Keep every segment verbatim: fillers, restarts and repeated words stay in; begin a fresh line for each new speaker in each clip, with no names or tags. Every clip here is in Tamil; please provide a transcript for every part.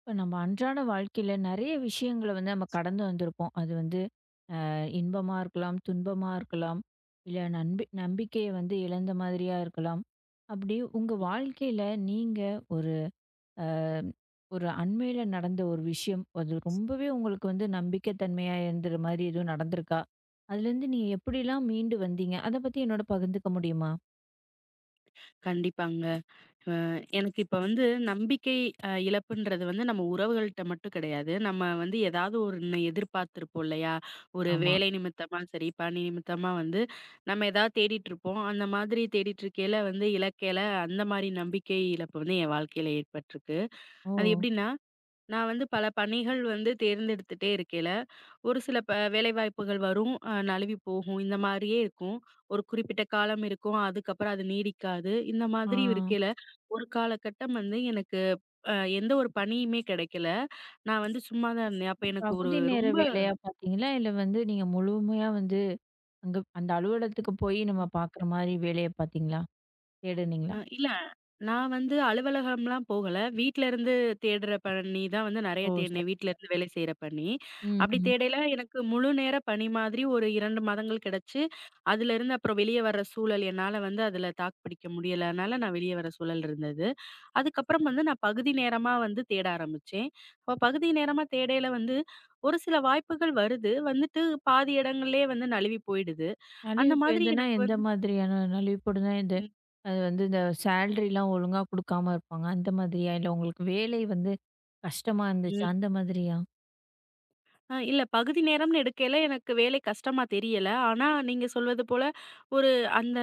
இப்ப நம்ம அன்றாட வாழ்க்கையில நெறைய விஷயங்கள வந்து நம்ம கடந்து வந்திருப்போம். அது வந்து அ இன்பமா இருக்கலாம், துன்பமா இருக்கலாம், இல்ல நன்பி நம்பிக்கைய வந்து இழந்த மாதிரியா இருக்கலாம். அப்படி உங்க வாழ்க்கையில நீங்க ஒரு ஒரு அண்மையில நடந்த ஒரு விஷயம், அது ரொம்பவே உங்களுக்கு வந்து நம்பிக்கை தன்மையா இருந்துற மாரி எதுவும் நடந்திருக்கா? அதுலேருந்து நீங்க எப்படிலாம் மீண்டு வந்தீங்க? அத பத்தி என்னோட பகிர்ந்துக்க முடியுமா?
கண்டிப்பாங்க. அ எனக்கு இப்ப வந்து நம்பிக்கை அ இழப்புன்றது வந்து நம்ம உறவுகள்ட்ட மட்டும் கிடையாது. நம்ம வந்து ஏதாவது ஒண்ணு எதிர்பார்த்திருப்போம் இல்லையா? ஒரு
ஆமா.
வேலை நிமித்தமா சரி, பணி நிமித்தமா வந்து நம்ம ஏதாவது தேடிட்டு இருப்போம். அந்த மாதிரி தேடிட்டு இருக்கையில வந்து இலக்கையில அந்த மாரி நம்பிக்கை இழப்பு வந்து என் வாழ்க்கையில ஏற்பட்டிருக்கு.
ஓ!
அது எப்படின்னா, நான் வந்து பல பணிகள் வந்து தேர்ந்தெடுத்துட்டே இருக்கையில, ஒரு சில ப வேலைவாய்ப்புகள் வரும், அ நழுவி போகும். இந்த மாரியே இருக்கும். ஒரு குறிப்பிட்ட காலம் இருக்கும். அதுக்கப்புறம் அது நீடிக்காது. இந்த
ஆ.
மாதிரி இருக்கையில, ஒரு காலகட்டம் வந்து எனக்கு அ எந்த ஒரு பணியுமே கிடைக்கல. நான் வந்து சும்மா தான் இருந்தேன். அப்ப
இது
எனக்கு ஒரு
பகுதி நேர
ரொம்ப
வேலையா பார்த்தீங்களா? இல்ல வந்து நீங்க முழுமையா வந்து அங்க அந்த அலுவலகத்துக்கு போயி நம்ம பாக்குற மாரி வேலைய பாத்தீங்களா?
அ
தேடுனீங்களா?
இல்ல. நான் வந்து அலுவலகம்லாம் போகல. வீட்ல இருந்து தேடுற பணி தான் வந்து நெறைய
ஓ! சரி.
தேடினேன். வீட்ல இருந்து வேலை செய்ற பணி.
ம்,
அப்படி
ம்.
தேடையில எனக்கு முழு நேர பணி மாதிரி ஒரு இரண்டு மாதங்கள் கிடைச்சு, அதுலருந்து அப்புறம் வெளிய வர்ற சூழல் என்னால வந்து அதுல தாக்கு பிடிக்க முடியல. அதனால நான் வெளிய வர சூழல் இருந்தது. அதுக்கப்புறம் வந்து நான் பகுதி நேரமா வந்து தேட ஆரம்பிச்சேன். அப்ப பகுதி நேரமா தேடையில வந்து ஒரு சில வாய்ப்புகள் வருது. வந்துட்டு பாதி இடங்கள்லயே வந்து நழுவி போயிடுது. அந்த
நலிவு
மாதிரி
போயிருதுன்னா,
எனக்கு
எந்த
வந்து
மாதிரியான நலிவு போடுதுன்னா, இந்த
ம்.
அது வந்து இந்த சேலரிலாம் ஒழுங்கா குடுக்காம இருப்பாங்க. அந்த மாதிரியா? இல்ல உங்களுக்கு வேலை வந்து கஷ்டமா இருந்துச்சா?
ம்.
அந்த மாதிரியா?
அ இல்ல பகுதி நேரம்னு எடுக்கையில எனக்கு வேலை கஷ்டமா தெரியல. ஆனா நீங்க சொல்வது போல ஒரு அந்த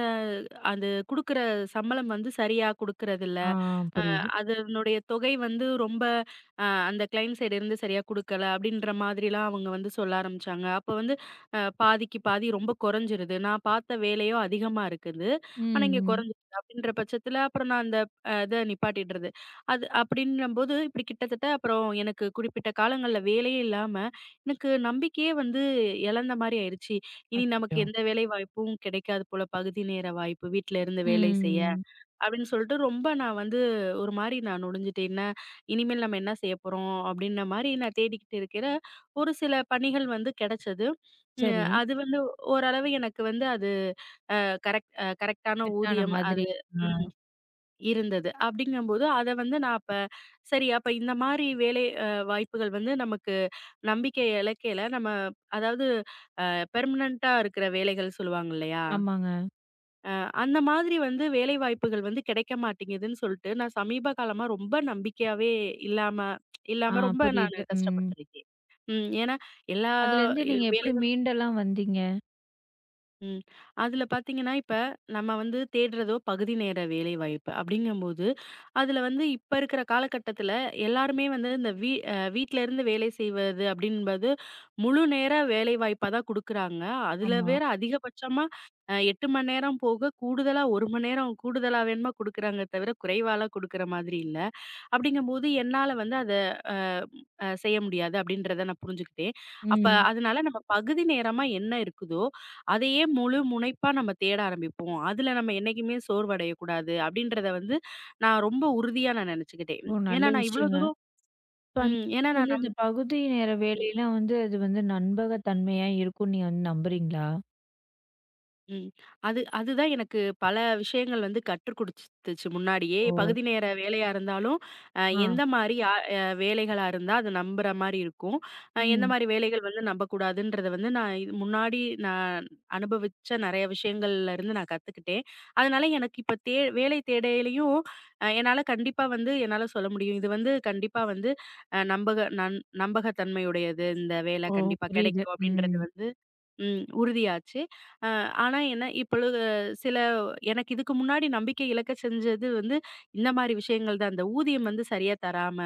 அது குடுக்குற சம்பளம் வந்து சரியா குடுக்குறதில்ல.
ஆ, புரியுது.
அதனுடைய தொகை வந்து ரொம்ப அ அந்த கிளையன்ட் சைடு இருந்து சரியா குடுக்கல அப்படின்ற மாதிரிலாம் அவங்க வந்து சொல்ல ஆரம்பிச்சாங்க. அப்ப வந்து அ பாதிக்கு பாதி ரொம்ப குறைஞ்சிருது. நான் பார்த்த வேலையோ அதிகமா இருக்குது. ஆனா
ம்,
இங்க
ம்.
குறைஞ்சிருது. அப்படின்ற பட்சத்துல அப்புறம் நான் அந்த அ இத நிப்பாட்டிடுறது. அது அப்படின்னும்போது இப்படி கிட்டத்தட்ட அப்புறம் எனக்கு குறிப்பிட்ட காலங்கள்ல வேலையே இல்லாம எனக்கு நம்பிக்கையே வந்து இழந்த மாரி ஆயிருச்சு. இனி நமக்கு
அச்சச்சோ!
எந்த வேலை வாய்ப்பும் கிடைக்காது போல பகுதி நேர வாய்ப்பு வீட்ல இருந்து வேலை செய்ய.
ம்.
அப்படின்னு சொல்லிட்டு ரொம்ப நான் வந்து ஒரு மாரி நான் நொடிஞ்சுட்டேன். என்ன இனிமேல் நம்ம என்ன செய்ய போறோம்? அப்படின்ன மாரி நான் தேடிக்கிட்டு இருக்கிற ஒரு சில பணிகள் வந்து கிடைச்சது. ம்
சரி.
அது வந்து ஓரளவு எனக்கு வந்து அது கரெக்ட் அ கரெக்ட்டான
செட் ஆன
ஊதியம்
மாதிரி.
அது
ஆ.
ம் இருந்தது. அப்படிங்கும்போது அத வந்து நான் அப்ப சரி அப்ப இந்த மாரி வேலை அ வாய்ப்புகள் வந்து நமக்கு நம்பிக்கை இலக்கையில நம்ம அதாவது பெர்மனன்ட்டா இருக்கிற வேலைகள் சொல்லுவாங்க இல்லையா?
ஆமாங்க.
அ அந்த மாதிரி வந்து வேலைவாய்ப்புகள் வந்து கிடைக்க மாட்டேங்குதுன்னு சொல்ட்டு, நான் சமீப காலமா ரொம்ப நம்பிக்கையாவே இல்லாம
ஆ,
இல்லாம ரொம்ப நானு
புரியுது. ம்.
கஷ்டப்பட்டுருக்கேன். ம். ஏன்னா எல்லா
அதுலேருந்து நீங்க எப்படி
வேலைகளும்
மீண்டெல்லாம் வந்தீங்க?
ம். அதுல பார்த்தீங்கன்னா, இப்ப நம்ம வந்து தேடுறதோ பகுதி நேர வேலைவாய்ப்பு அப்படிங்கும்போது, அதுல வந்து இப்ப இருக்கிற காலகட்டத்துல எல்லாருமே வந்து இந்த வீ அ வீட்ல இருந்து வேலை செய்வது அப்படின்பது முழு நேர வேலைவாய்ப்பா தான் குடுக்குறாங்க. அதுல
ஆமா.
வேற அதிகபட்சமா அ எட்டு மணி நேரம் போக கூடுதலா ஒரு மணி நேரம் கூடுதலா வேணுமா குடுக்குறாங்க தவிர, குறைவாலாம் குடுக்குற மாதிரி இல்ல. அப்படிங்கும்போது என்னால வந்து அத அ அ செய்ய முடியாது அப்படின்றத நான் புரிஞ்சுக்கிட்டேன். அப்ப
ம்.
அதனால நம்ம பகுதி நேரமா என்ன இருக்குதோ, அதையே முழு முனைப்பா நம்ம தேட ஆரம்பிப்போம். அதுல நம்ம என்னைக்குமே சோர்வடையக்கூடாது அப்படின்றத வந்து நான் ரொம்ப உறுதியா நான் நெனச்சுக்கிட்டேன்.
ஓ! நல்ல
ஏன்னா நான் இவ்ளோ
விஷயங்க.
தூரம்
இப்ப அந்த
ம். ஏன்னா
மாதிரி
நான்
வந்து இந்த பகுதி நேர வேலையெல்லாம் வந்து அது வந்து நண்பகத்தன்மையா இருக்கும்ன்னு நீங்க வந்து நம்புறீங்களா?
ம். அது அதுதான் எனக்கு பல விஷயங்கள் வந்து கற்றுக் குடுத்துச்சு முன்னாடியே.
ஓ!
பகுதி நேர வேலையா இருந்தாலும், அ
ஆ.
எந்த மாரி யா அ வேலைகளா இருந்தா அது நம்புற மாரி இருக்கும். அ எந்த
ம்.
மாரி வேலைகள் வந்து நம்பக்கூடாதுன்றத வந்து நான் இது முன்னாடி நான் அனுபவிச்ச நெறைய விஷயங்கள்ல இருந்து நான் கத்துக்கிட்டேன். அதனால எனக்கு இப்ப தே வேலை தேடையிலயும் அ என்னால கண்டிப்பா வந்து என்னால சொல்ல முடியும். இது வந்து கண்டிப்பா வந்து அ நம்பக நன் நம்பகத்தன்மையுடையது. இந்த வேலை
ஓ!
கண்டிப்பா
புரியுது.
கெடைக்கும் அப்படின்றது
ம்.
வந்து ம். உறுதியாச்சு. அ ஆனா என்ன இப்பொழுது சில எனக்கு இதுக்கு முன்னாடி நம்பிக்கை இழக்க செஞ்சது வந்து, இந்த மாரி விஷயங்கள் தான். இந்த ஊதியம் வந்து சரியா தராம,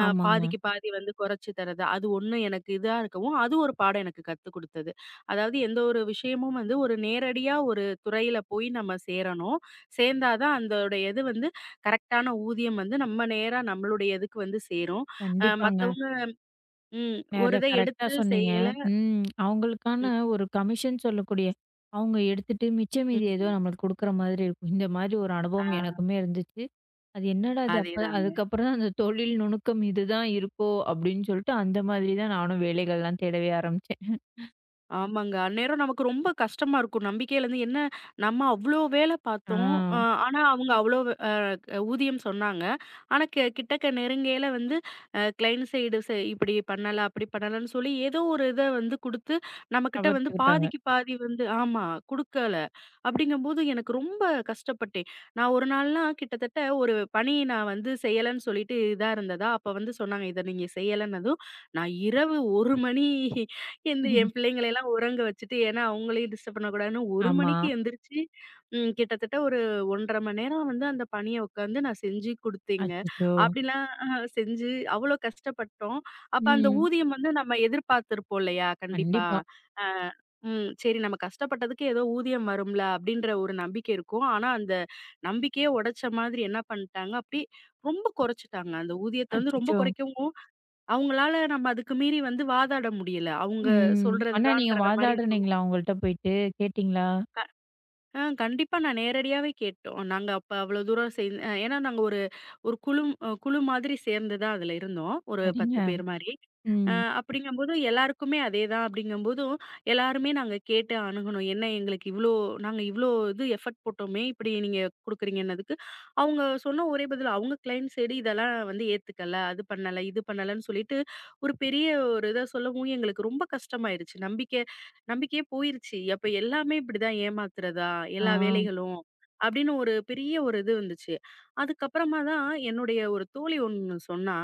அ
ஆமாங்க.
பாதிக்கு பாதி வந்து குறைச்சு தர்றது. அது ஒண்ணு எனக்கு இதா இருக்கவும், அது ஒரு பாடம் எனக்கு கத்துக் குடுத்தது. அதாவது எந்த ஒரு விஷயமும் வந்து ஒரு நேரடியா ஒரு துறையில போய் நம்ம சேரணும். சேர்ந்தா தான் அந்தோடைய இது வந்து கரெக்ட்டான ஊதியம் வந்து நம்ம நேரா நம்மளுடைய இதுக்கு வந்து சேரும். அ
கண்டிப்பாங்க.
மத்தவங்க ம். ஒரு
நேர
இத
கரெக்ட்டா
எடுத்து
சொன்னீங்க.
செய்யல
ம். அவங்களுக்கான
ம்,
ஒரு கமிஷன் சொல்லக்கூடிய அவங்க எடுத்துட்டு மிச்ச மீதி ஏதோ
ம்.
நம்மளுக்கு குடுக்குற மாதிரி இருக்கும். இந்த மாதிரி ஒரு அனுபவம்
ஆ.
எனக்குமே இருந்துச்சு. அது என்னடா இது அப்ப
அதேதாங்க.
அதுக்கப்புறம் தான் அந்த தொழில் நுணுக்கம் இதுதான் இருக்கோ! அப்படின்னு சொல்லிட்டு அந்த மாதிரி தான் நானும் வேலைகள்லாம் தேடவே ஆரம்பிச்சேன்.
ஆமாங்க. அந்நேரம் நமக்கு ரொம்ப கஷ்டமா இருக்கும். நம்பிக்கையிலருந்து என்ன நம்ம அவ்ளோ வேல
ஆ.
பார்த்தோம். அ ஆனா அவங்க அவ்ளோ அ ஊதியம் சொன்னாங்க. ஆனா கி கிட்டக்க நெருங்கையில வந்து அ கிளையண்ட் சைடு செ இப்படி பண்ணல, அப்படி பண்ணலன்னு சொல்லி ஏதோ ஒரு இத வந்து குடுத்து, நம்மகிட்ட வந்து
தவிர்த்துக்கிட்டாங்க.
பாதிக்கு பாதி வந்து ஆமா குடுக்கல. அப்படிங்கும்போது எனக்கு ரொம்ப கஷ்டப்பட்டேன். நான் ஒரு நாள்லாம் கிட்டத்தட்ட ஒரு பணி நான் வந்து செய்யலன்னு சொல்லிட்டு இதா இருந்ததா, அப்ப வந்து சொன்னாங்க, "இத நீங்க செய்யலன்னதும்" நான் இரவு ஒரு மணி எந்து என் பிள்ளைங்களையெல்லாம் உறங்க வச்சுட்டு, ஏன்னா அவங்களையும் டிஸ்டர்ப் பண்ணக்கூடாதுன்னு ஒரு
ஆமா.
மணிக்கு எந்திரிச்சு, ம் கிட்டத்தட்ட ஒரு ஒன்றரை மணி நேரம் வந்து அந்த பணிய உட்காந்து நான் செஞ்சு குடுத்தேங்க.
அச்சச்சோ!
அப்படிலாம் அ செஞ்சு அவ்வளோ கஷ்டப்பட்டோம். அப்ப அந்த
ம்.
ஊதியம் வந்து நம்ம எதிர்பார்த்திருப்போம் இல்லையா? கண்டிப்பா.
கண்டிப்பா.
அ ம் சரி நம்ம கஷ்டப்பட்டதுக்கு ஏதோ ஊதியம் வரும்ல அப்படின்ற ஒரு நம்பிக்கை இருக்கும். ஆனா அந்த நம்பிக்கையே உடைச்ச மாதிரி என்ன பண்ணிட்டாங்க, அப்படியே ரொம்ப குறைச்சுட்டாங்க. அந்த ஊதியத்த வந்து ரொம்ப
அச்சச்சோ!
குறைக்கவும் அவங்களால நம்ம அதுக்கு மீறி வந்து வாதாட முடியல. அவங்க
ம்.
சொல்றது
ஆனா நீங்க
தான்றத மாரி இருக்கும்.
வாதாடுனீங்களா அவங்கள்ட்ட போயிட்டு? கேட்டீங்களா?
க ஆ கண்டிப்பா நான் நேரடியாவே கேட்டோம். நாங்க அப்ப அவ்வளோ தூரம் செய் ஏன்னா நாங்க ஒரு குழு அ குழு மாதிரி சேர்ந்து தான் அதுல இருந்தோம். ஒரு
சரிங்க.
பத்து பேர் மாரி. அ
ம்.
அப்படிங்கும்போது எல்லாருக்குமே அதே தான் அப்படிங்கும்போதும், எல்லாருமே நாங்க கேட்டு அணுகுனோம். என்ன எங்களுக்கு இவ்ளோ நாங்க இவ்ளோ இது எஃபோர்ட் போட்டோமே, இப்படி நீங்க குடுக்குறீங்கன்னதுக்கு, அவங்க சொன்ன ஒரே பதில் அவங்க கிளையன்ட் சைடு இதெல்லாம் வந்து ஏத்துக்கல, அது பண்ணல, இது பண்ணலன்னு சொல்லிட்டு, ஒரு பெரிய ஒரு இத சொல்லவும் எங்களுக்கு ரொம்ப கஷ்டமாயிருச்சு. நம்பிக்கை நம்பிக்கையே போயிருச்சு. அப்ப எல்லாமே இப்படிதான் ஏமாத்துறதா?
ஆ,
எல்லா வேலைகளும்? அப்படின்னு ஒரு பெரிய ஒரு இது வந்துச்சு. அதுக்கப்புறமா தான் என்னுடைய ஒரு தோழி ஒண்ணு சொன்னா,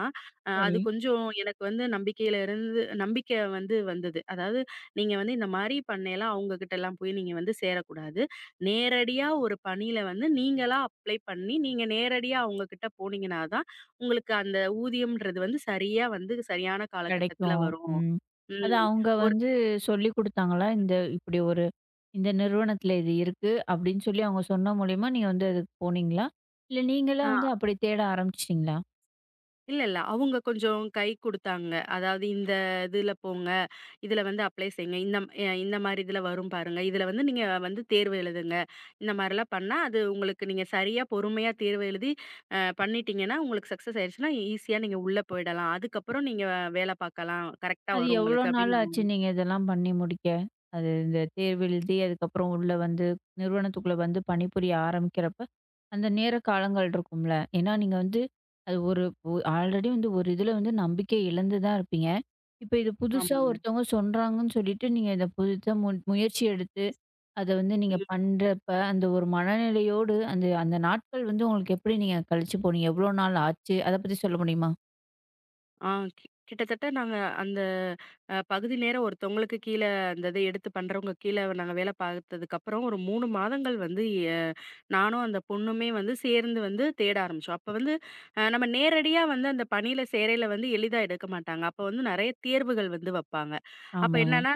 அ அது
சரி.
கொஞ்சம் எனக்கு வந்து நம்பிக்கையில இருந்து நம்பிக்கை வந்து வந்தது. அதாவது நீங்க வந்து இந்த மாரி பண்ணையில அவங்ககிட்டலாம் போய் நீங்க வந்து சேரக்கூடாது. நேரடியா ஒரு பணியில வந்து நீங்களா அப்ளை பண்ணி, நீங்க நேரடியா அவங்ககிட்ட போனீங்கன்னா தான், உங்களுக்கு அந்த ஊதியம்ன்றது வந்து சரியா வந்து சரியான காலகட்டத்தில
கிடைக்கும்.
வரும்.
ம். அது
ம்.
அவங்க
ஒரு
வந்து சொல்லிக் குடுத்தாங்களா? இந்த இப்படி ஒரு இந்த நிறுவனத்தில இது இருக்கு அப்படின்னு சொல்லி அவங்க சொன்ன மூலியமா நீங்க வந்து அதுக்கு போனீங்களா? இல்ல நீங்களா
ஆ
வந்து அப்படி தேட ஆரம்பிச்சுட்டீங்களா?
இல்ல, இல்ல. அவங்க கொஞ்சம் கை குடுத்தாங்க. அதாவது இந்த இதுல போங்க. இதுல வந்து அப்ளை செய்யுங்க. இந்த அ இந்த மாரி இதுல வரும் பாருங்க. இதுல வந்து நீங்க வந்து தேர்வு எழுதுங்க. இந்த மாரிலாம் பண்ணா, அது உங்களுக்கு நீங்க சரியா பொறுமையா தேர்வு எழுதி அ பண்ணிட்டீங்கன்னா, உங்களுக்கு சக்சஸ் ஆயிருச்சுன்னா, ஈஸியா நீங்க உள்ள போயிடலாம். அதுக்கப்புறம் நீங்க வேல பாக்கலாம். கரெக்ட்டா
அது
வரும்
எவ்வளோ
உங்களுக்கு
நாள் ஆச்சு
அப்டின்னு
நீங்க இதெல்லாம் பண்ணி முடிக்க? அது இந்த தேர்வு எழுதி, அதுக்கப்புறம் உள்ள வந்து நிறுவனத்துக்குள்ள வந்து பணிபுரிய ஆரம்பிக்கிறப்ப, அந்த நேர காலங்கள் இருக்கும்ல. ஏன்னா நீங்க வந்து அது ஒரு ஒ ஆல்ரெடி வந்து ஒரு இதுல வந்து நம்பிக்கை இழந்து தான் இருப்பீங்க. இப்ப இது புதுசா
ஆமாங்க.
ஒருத்தவங்க சொல்றாங்கன்னு சொல்லிட்டு, நீங்க இத புதுசா மு முயற்சி எடுத்து, அத வந்து நீங்க பண்றப்ப, அந்த ஒரு மனநிலையோடு அந்த அந்த நாட்கள் வந்து உங்களுக்கு எப்படி நீங்க கழிச்சு போனீங்க? எவ்வளோ நாள் ஆச்சு? அத பத்தி சொல்ல முடியுமா?
ஆ கி கிட்டத்தட்ட நாங்க அந்த அ பகுதி நேர ஒருத்தவங்களுக்கு கீழ அந்த இத எடுத்து பண்றவங்க கீழ நாங்க வேலை பார்த்ததுக்கப்புறம் ஒரு மூணு மாதங்கள் வந்து எ நானும் அந்த பொண்ணுமே வந்து சேர்ந்து வந்து தேட ஆரம்பிச்சோம். அப்ப வந்து அ நம்ம நேரடியா வந்து அந்த பணியில சேரையில வந்து எளிதா எடுக்க மாட்டாங்க. அப்ப வந்து நெறைய தேர்வுகள் வந்து வப்பாங்க. அப்ப
ஆமாங்க.
என்னன்னா,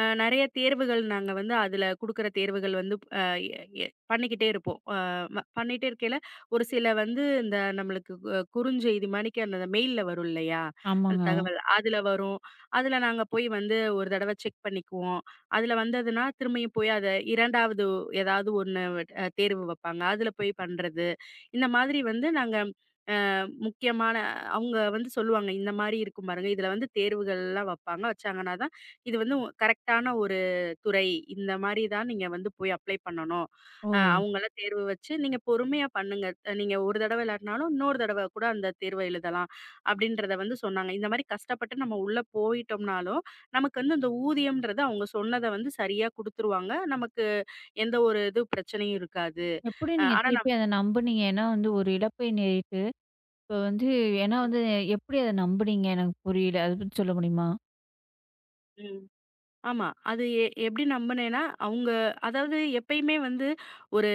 அ நெறைய தேர்வுகள் நாங்க வந்து அதுல குடுக்குற தேர்வுகள் வந்து அ எ எ- பண்ணிக்கிட்டே இருப்போம். அ வ பண்ணிட்டே இருக்கையில ஒரு சில வந்து இந்த நம்மளுக்கு அ குறுஞ்செய்தி மாணிக்க அந்த மெயில்ல வரும் இல்லையா? அந்த
ஆமாங்க.
தகவல். அதுல வரும். அதுல நாங்க போய் வந்து ஒரு தடவ செக் பண்ணிக்குவோம். அதுல வந்ததுன்னா, திரும்பியும் போய் அத 2வது ஏதாவது ஒண்ணு அ தேர்வு வப்பாங்க. அதுல போய் பண்றது. இந்த மாதிரி வந்து நாங்க முக்கியமான அவங்க வந்து சொல்லுவாங்க, இந்த மாரி இருக்கும் பாருங்க. இதுல வந்து தேர்வுகள்லாம் வப்பாங்க. வச்சாங்கன்னா தான், இது வந்து உ கரெக்ட்டான ஒரு துறை. இந்த மாரி தான் நீங்க வந்து போய் அப்ளை பண்ணணும். அ
ஓ!
அவங்கலாம் தேர்வு வச்சு, நீங்க பொறுமையா பண்ணுங்க. அஹ் நீங்க ஒரு தடவ இல்லாட்டினாலும், இன்னொரு தடவ கூட அந்த தேர்வ எழுதலாம். அப்டின்றத வந்து சொன்னாங்க. இந்த மாரி கஷ்டப்பட்டு நம்ம உள்ள போயிட்டோம்னாலும், நமக்கு வந்து அந்த ஊதியம்ன்றது அவங்க சொன்னத வந்து சரியா குடுத்துருவாங்க. நமக்கு எந்த ஒரு இது பிரச்சனையும் இருக்காது.
எப்படி
அ
நீங்க
ஆனா நம்
திருப்பி அத நம்புனீங்க? ஏன்னா வந்து ஒரு இழப்பை நேரிட்டு, இப்ப வந்து ஏன்னா வந்து எப்படி அத நம்புனீங்க? எனக்கு புரியல. அத பத்தி சொல்ல முடியுமா?
ம். ஆமா. அது எ எப்படி நம்புனேன்னா, அவங்க அதாவது எப்பயுமே வந்து ஒரு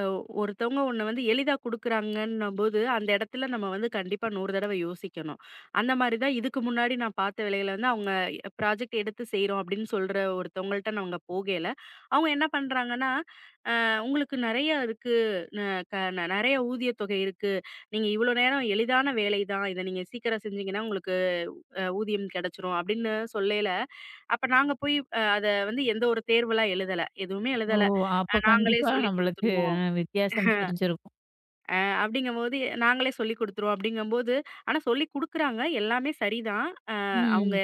அ ஒருத்தவங்க ஒண்ண வந்து எளிதா குடுக்குறாங்கன்னும்போது, அந்த இடத்துல நம்ம வந்து கண்டிப்பா நூறு தடவ யோசிக்கணும். அந்த மாரி தான் இதுக்கு முன்னாடி நான் பார்த்த வேலைகள வந்து அவங்க ப்ராஜெக்ட் எடுத்து செய்றோம் அப்படின்னு சொல்ற ஒருத்தவங்கள்ட்ட நாங்க போகையில, அவங்க என்ன பண்றாங்கன்னா, அ உங்களுக்கு நெறைய இருக்கு. ந க நெறைய ஊதியத்தொகை இருக்கு. நீங்க இவ்வளோ நேரம் எளிதான வேலை தான். இத நீங்க சீக்கிரம் செஞ்சீங்கன்னா உங்களுக்கு அ ஊதியம் கிடைச்சிரும் அப்படின்னு சொல்லையில, அப்ப நாங்க போய் அ அத வந்து எந்த ஒரு தேர்வெல்லாம் எழுதல. எதுவுமே
ஓ!
எழுதல. அ
அப்ப
நாங்களே
கண்டிப்பா
சொல்லிக்
நம்மளுக்கு
குடுத்துருவோம்.
அ வித்தியாசம் தெரிஞ்சிருக்கும்.
அப்படிங்கம்போது நாங்களே சொல்லிக் குடுத்துருவோம் அப்படிங்கம்போது, ஆனா சொல்லிக் குடுக்குறாங்க. எல்லாமே சரிதான். அ அவங்க
ம்.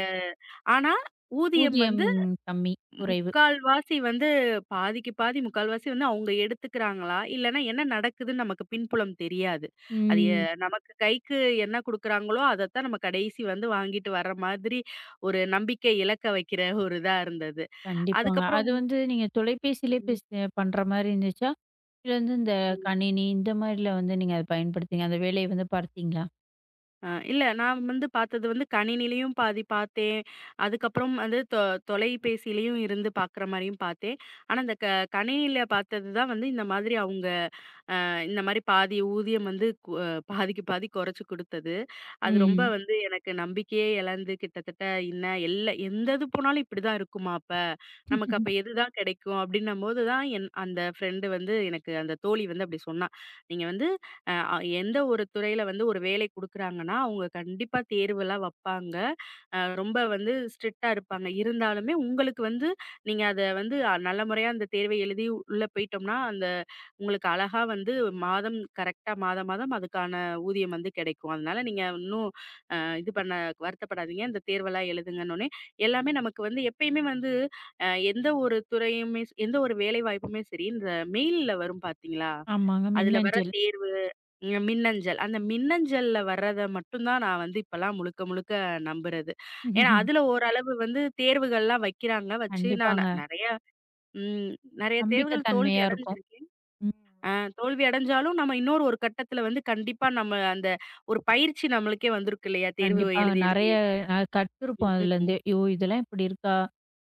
ஆனா ஊதியம்
ஊதியம்
வந்து
கம்மி, குறைவு.
முக்கால்வாசி வந்து பாதிக்கு பாதி முக்கால்வாசி வந்து அவங்க எடுத்துக்கிறாங்களா? இல்லன்னா என்ன நடக்குதுன்னு நமக்கு பின்புலம் தெரியாது. அது எ
ம்.
நமக்கு கைக்கு என்ன குடுக்குறாங்களோ, அதத்தான் நம்ம கடைசி வந்து வாங்கிட்டு வர்ற மாதிரி ஒரு நம்பிக்கை இலக்க வைக்கிற ஒரு இதா இருந்தது.
கண்டிப்பாங்க.
அதுக்கப்புறம்
அது வந்து நீங்க தொலைபேசியிலே
ம்,
பேசி பண்ற மாரி இருந்துச்சா? இல்ல வந்து இந்த
ம்.
கணினி இந்த மாரில வந்து நீங்க அத பயன்படுத்தீங்க? அந்த வேலைய வந்து பார்த்தீங்களா?
அ இல்ல நான் வந்து பார்த்தது வந்து கணினியிலயும் பாதி பார்த்தேன். அதுக்கப்புறம் வந்து தொ தொலைபேசியிலயும் இருந்து பார்க்குற மாரியும் பார்த்தேன். ஆனா, இந்த க கணினியில பார்த்தது தான் வந்து இந்த மாதிரி அவங்க இந்த மாரி பாதி ஊதியம் வந்து கு அ பாதிக்கு பாதி குறைச்சு குடுத்தது. அது ரொம்ப
ம்.
வந்து எனக்கு நம்பிக்கையே இழந்து கிட்டத்தட்ட என்ன எல்ல எந்த இது போனாலும் இப்படிதான் இருக்குமா அப்ப? நமக்கு அப்ப எதுதான் கிடைக்கும்? அப்படின்னும்போது தான் என் அந்த ஃப்ரெண்டு வந்து எனக்கு அந்த தோழி வந்து அப்படி சொன்னா. நீங்க வந்து அஹ், அ எந்த ஒரு துறையில வந்து ஒரு வேலை குடுக்குறாங்கன்னா, அவங்க கண்டிப்பா தேர்வுலாம் வப்பாங்க. அ ரொம்ப வந்து ஸ்ட்ரிக்ட்டா இருப்பாங்க. இருந்தாலுமே உங்களுக்கு வந்து நீங்க அத வந்து அ- நல்ல முறையா அந்த தேர்வை எழுதி உள்ள போயிட்டோம்னா, அந்த உங்களுக்கு அழகா வந்து மாதம் கரெக்ட்டா மாதா மாதம் அதுக்கான ஊதியம் வந்து கிடைக்கும். அதனால நீங்க இன்னும் அ இது பண்ண வருத்தப்படாதீங்க. இந்த தேர்வெல்லாம் எழுதுங்கன்னோனே, எல்லாமே நமக்கு வந்து எப்பயுமே வந்து அ எந்த ஒரு துறையுமே ச- எந்த ஒரு வேலைவாய்ப்புமே சரி, இந்த மெயில்ல வரும் பார்த்தீங்களா?
ஆமாங்க.
அதுல வர
மின்னஞ்சல்.
தேர்வு, ம் மின்னஞ்சல். அந்த மின்னஞ்சல்ல வர்றத மட்டும் தான் நான் வந்து இப்பலாம் முழுக்க முழுக்க நம்புறது. ஏன்னா, அதுல ஓரளவு வந்து தேர்வுகள்லாம் வைக்கிறாங்க. வச்சு நான்
கண்டிப்பாங்க.
நெறைய ம் நெறைய
நம்பிக்கை
தேர்வுகள் தோல்வி
தன்மையா இருக்கும்.
அடைஞ்சிருக்கேன். ஆ தோல்வி அடைஞ்சாலும் நம்ம இன்னொரு ஒரு கட்டத்துல வந்து கண்டிப்பா நம்ம அந்த ஒரு பயிற்சி நம்மளுக்கே வந்திருக்கு இல்லையா? தேர்வு
கண்டிப்பா.
எழுதி எழுதி.
நெறைய அ கத்துருப்போம்
ம்.
அதுலேருந்தே. "ஐயோ! இதெல்லாம் இப்படி இருக்கா?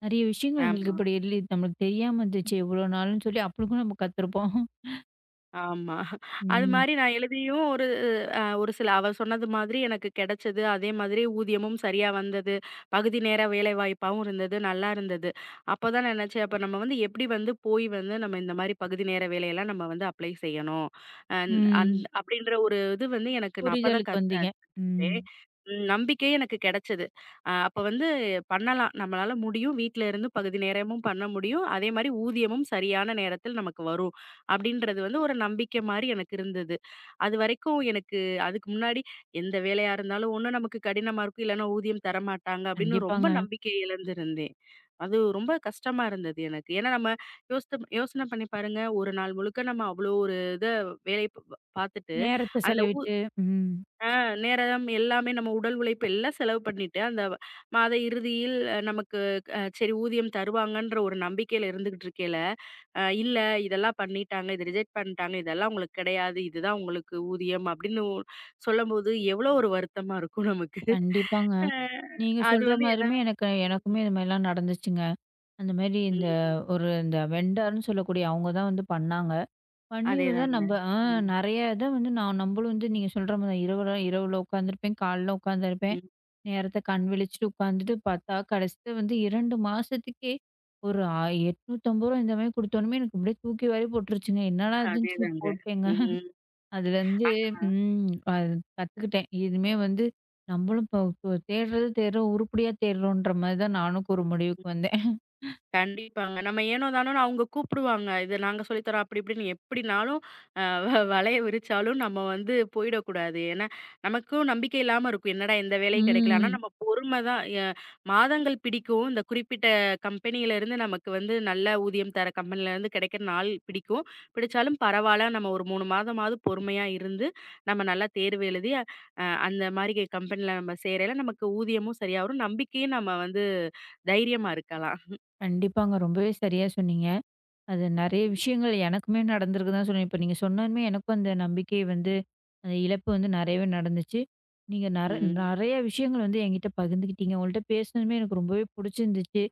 நெறைய விஷயங்கள் நம்மளுக்கு
ஆமா.
இப்படி இல்ல நம்மளுக்கு தெரியாம இருந்துச்சு இவ்வளோ நாள்ன்னு" சொல்லி அப்பளுக்கும் நம்ம கத்துருப்போம்.
ஆமா. அது
ம்.
மாரி நான் எழுதியும் ஒரு அ ஒரு சில அவ சொன்னது மாதிரி எனக்கு கிடைச்சது. அதே மாதிரி ஊதியமும் சரியா வந்தது. பகுதி நேர வேலைவாய்ப்பாவும் இருந்தது. நல்லா இருந்தது. அப்பதான் நான் நினைச்சேன், அப்ப நம்ம வந்து எப்படி வந்து போய் வந்து நம்ம இந்த மாரி பகுதி நேர வேலையெல்லாம் நம்ம வந்து அப்ளை செய்யணும். அந் அந்
ம்.
அப்படின்ற ஒரு இது வந்து எனக்கு நான் அப்பதான்
புரிதலுக்கு
கத் அ
வந்தீங்க. ம்.
கத்துக்கிட்டேன். ம் நம்பிக்கையே எனக்கு கிடைச்சது. அ அப்ப வந்து பண்ணலாம். நம்மளால முடியும். வீட்ல இருந்து பகுதி நேரமும் பண்ண முடியும். அதே மாரி ஊதியமும் சரியான நேரத்தில் நமக்கு வரும். அப்படின்றது வந்து ஒரு நம்பிக்கை மாரி எனக்கு இருந்தது. அதுவரைக்கும் எனக்கு அதுக்கு முன்னாடி எந்த வேலையா இருந்தாலும் ஒண்ணு நமக்கு கடினமா இருக்கும், இல்லன்னா ஊதியம் தரமாட்டாங்க அப்படின்னு ரொம்ப
கண்டிப்பாங்க.
நம்பிக்கை இழந்திருந்தேன். அது ரொம்ப கஷ்டமா இருந்தது எனக்கு. ஏன்னா நம்ம யோசித்து யோசனை பண்ணி பாருங்க, ஒரு நாள் முழுக்க நம்ம அவ்வளோ ஒரு இத வேலைய ப பார்த்துட்டு,
நேரத்த
அந்த
செலவிட்டு. ம்.
அ நேரம் எல்லாமே நம்ம உடல் உழைப்பு எல்லாம் செலவு பண்ணிட்டு, அந்த மாத இறுதியில் அஹ், நமக்கு அ சரி ஊதியம் தருவாங்கன்ற ஒரு நம்பிக்கையில இருந்துகிட்டு இருக்கையில அ இல்ல இதெல்லாம் பண்ணிட்டாங்க, இத ரிஜெக்ட் பண்ணிட்டாங்க, இதெல்லாம் உங்களுக்கு கிடையாது. இதுதான் உங்களுக்கு ஊதியம் அப்படின்னு ஒ சொல்லும்போது எவ்வளோ ஒரு வருத்தமா இருக்கும் நமக்கு.
கண்டிப்பாங்க.
அ
நீங்க
அது
சொல்ற
வந்து
மாரியுமே
என்னால
எனக்கு எனக்குமே இது மாரிலாம் நடந்துச்சுங்க. அந்த மாரி இந்த
ம்.
ஒரு இந்த வெண்டார்ன்னு சொல்லக்கூடிய அவங்க தான் வந்து பண்ணாங்க. பணிவு தான்
அதேதாங்க.
நம்ப ஆ
ம்.
நெறைய இத வந்து நான் நம்பளும் வந்து நீங்க சொல்ற மாரி தான் இரவுல இரவுல உட்காந்துருப்பேன், காலைல உட்காந்துருப்பேன்.
ம்.
நேரத்த கண் விழிச்சுட்டு உட்காந்துட்டு பார்த்தா, கடைசில வந்து இரண்டு மாசத்துக்கே ஒரு ஆ ரூ. எண்ணூற்று ஐம்பது இந்த மாரி குடுத்தோனமே எனக்கு அப்படியே தூக்கி வாரி போட்டுருச்சுங்க. என்னடா இதுன்னு சீட்
அதேதாங்க.
போட்டேங்க.
ம்.
அதுலேருந்து ம் அது கத்துக்கிட்டேன். இனிமே வந்து நம்பளும் இப்போ இப்போ தேடுறது தேடுறோம், உருப்படியா தேடுறோன்ற மாரி தான் நானும் ஒரு முடிவுக்கு வந்தேன்.
கண்டிப்பாங்க. நம்ம ஏனோ தானோன்னு அவங்க கூப்பிடுவாங்க. "இது நாங்க சொல்லி தரோம்." அப்படி இப்படின்னு எப்படினாலும் அ வ வலைய விரிச்சாலும் நம்ம வந்து போயிடக்கூடாது. ஏன்னா, நமக்கும் நம்பிக்கை இல்லாம இருக்கும். என்னடா இந்த வேலை கிடைக்கல. ஆனா
ம்.
நம்ம பொறுமை தான் எ மாதங்கள் பிடிக்கும். இந்த குறிப்பிட்ட கம்பெனியிலேருந்து நமக்கு வந்து நல்ல ஊதியம் தர கம்பெனிலேருந்து கிடைக்கிற நாள் பிடிக்கும். பிடிச்சாலும் பரவால்ல. நம்ம ஒரு மூணு மாதமாவது பொறுமையா இருந்து, நம்ம நல்லா தேர்வு எழுதி அ அந்த மாரி கம்பெனியில நம்ம சேரையில நமக்கு ஊதியமும் சரியா வரும். நம்பிக்கையும் நம்ம வந்து தைரியமா இருக்கலாம்.
கண்டிப்பாங்க. ரொம்பவே சரியா சொன்னீங்க. அது நெறைய விஷயங்கள் எனக்குமே நடந்திருக்கு தான் சொல்லுவேன். இப்ப நீங்க சொன்னதுமே எனக்கும் அந்த நம்பிக்கை வந்து அந்த இழப்பு வந்து நெறையவே நடந்துச்சு. நீங்க நெற
ம்.
நெறைய விஷயங்கள் வந்து என்கிட்ட பகிர்ந்துக்கிட்டீங்க. உங்கள்ட்ட பேசினதுமே எனக்கு ரொம்பவே புடிச்சிருந்துச்சு.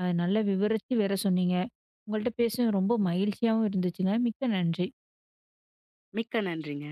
அத நல்லா விவரிச்சு வேற சொன்னீங்க. உங்கள்ட்ட பேசினது ரொம்ப
ம்.
மகிழ்ச்சியாவும் இருந்துச்சுங்க. மிக்க நன்றி.
மிக்க நன்றிங்க.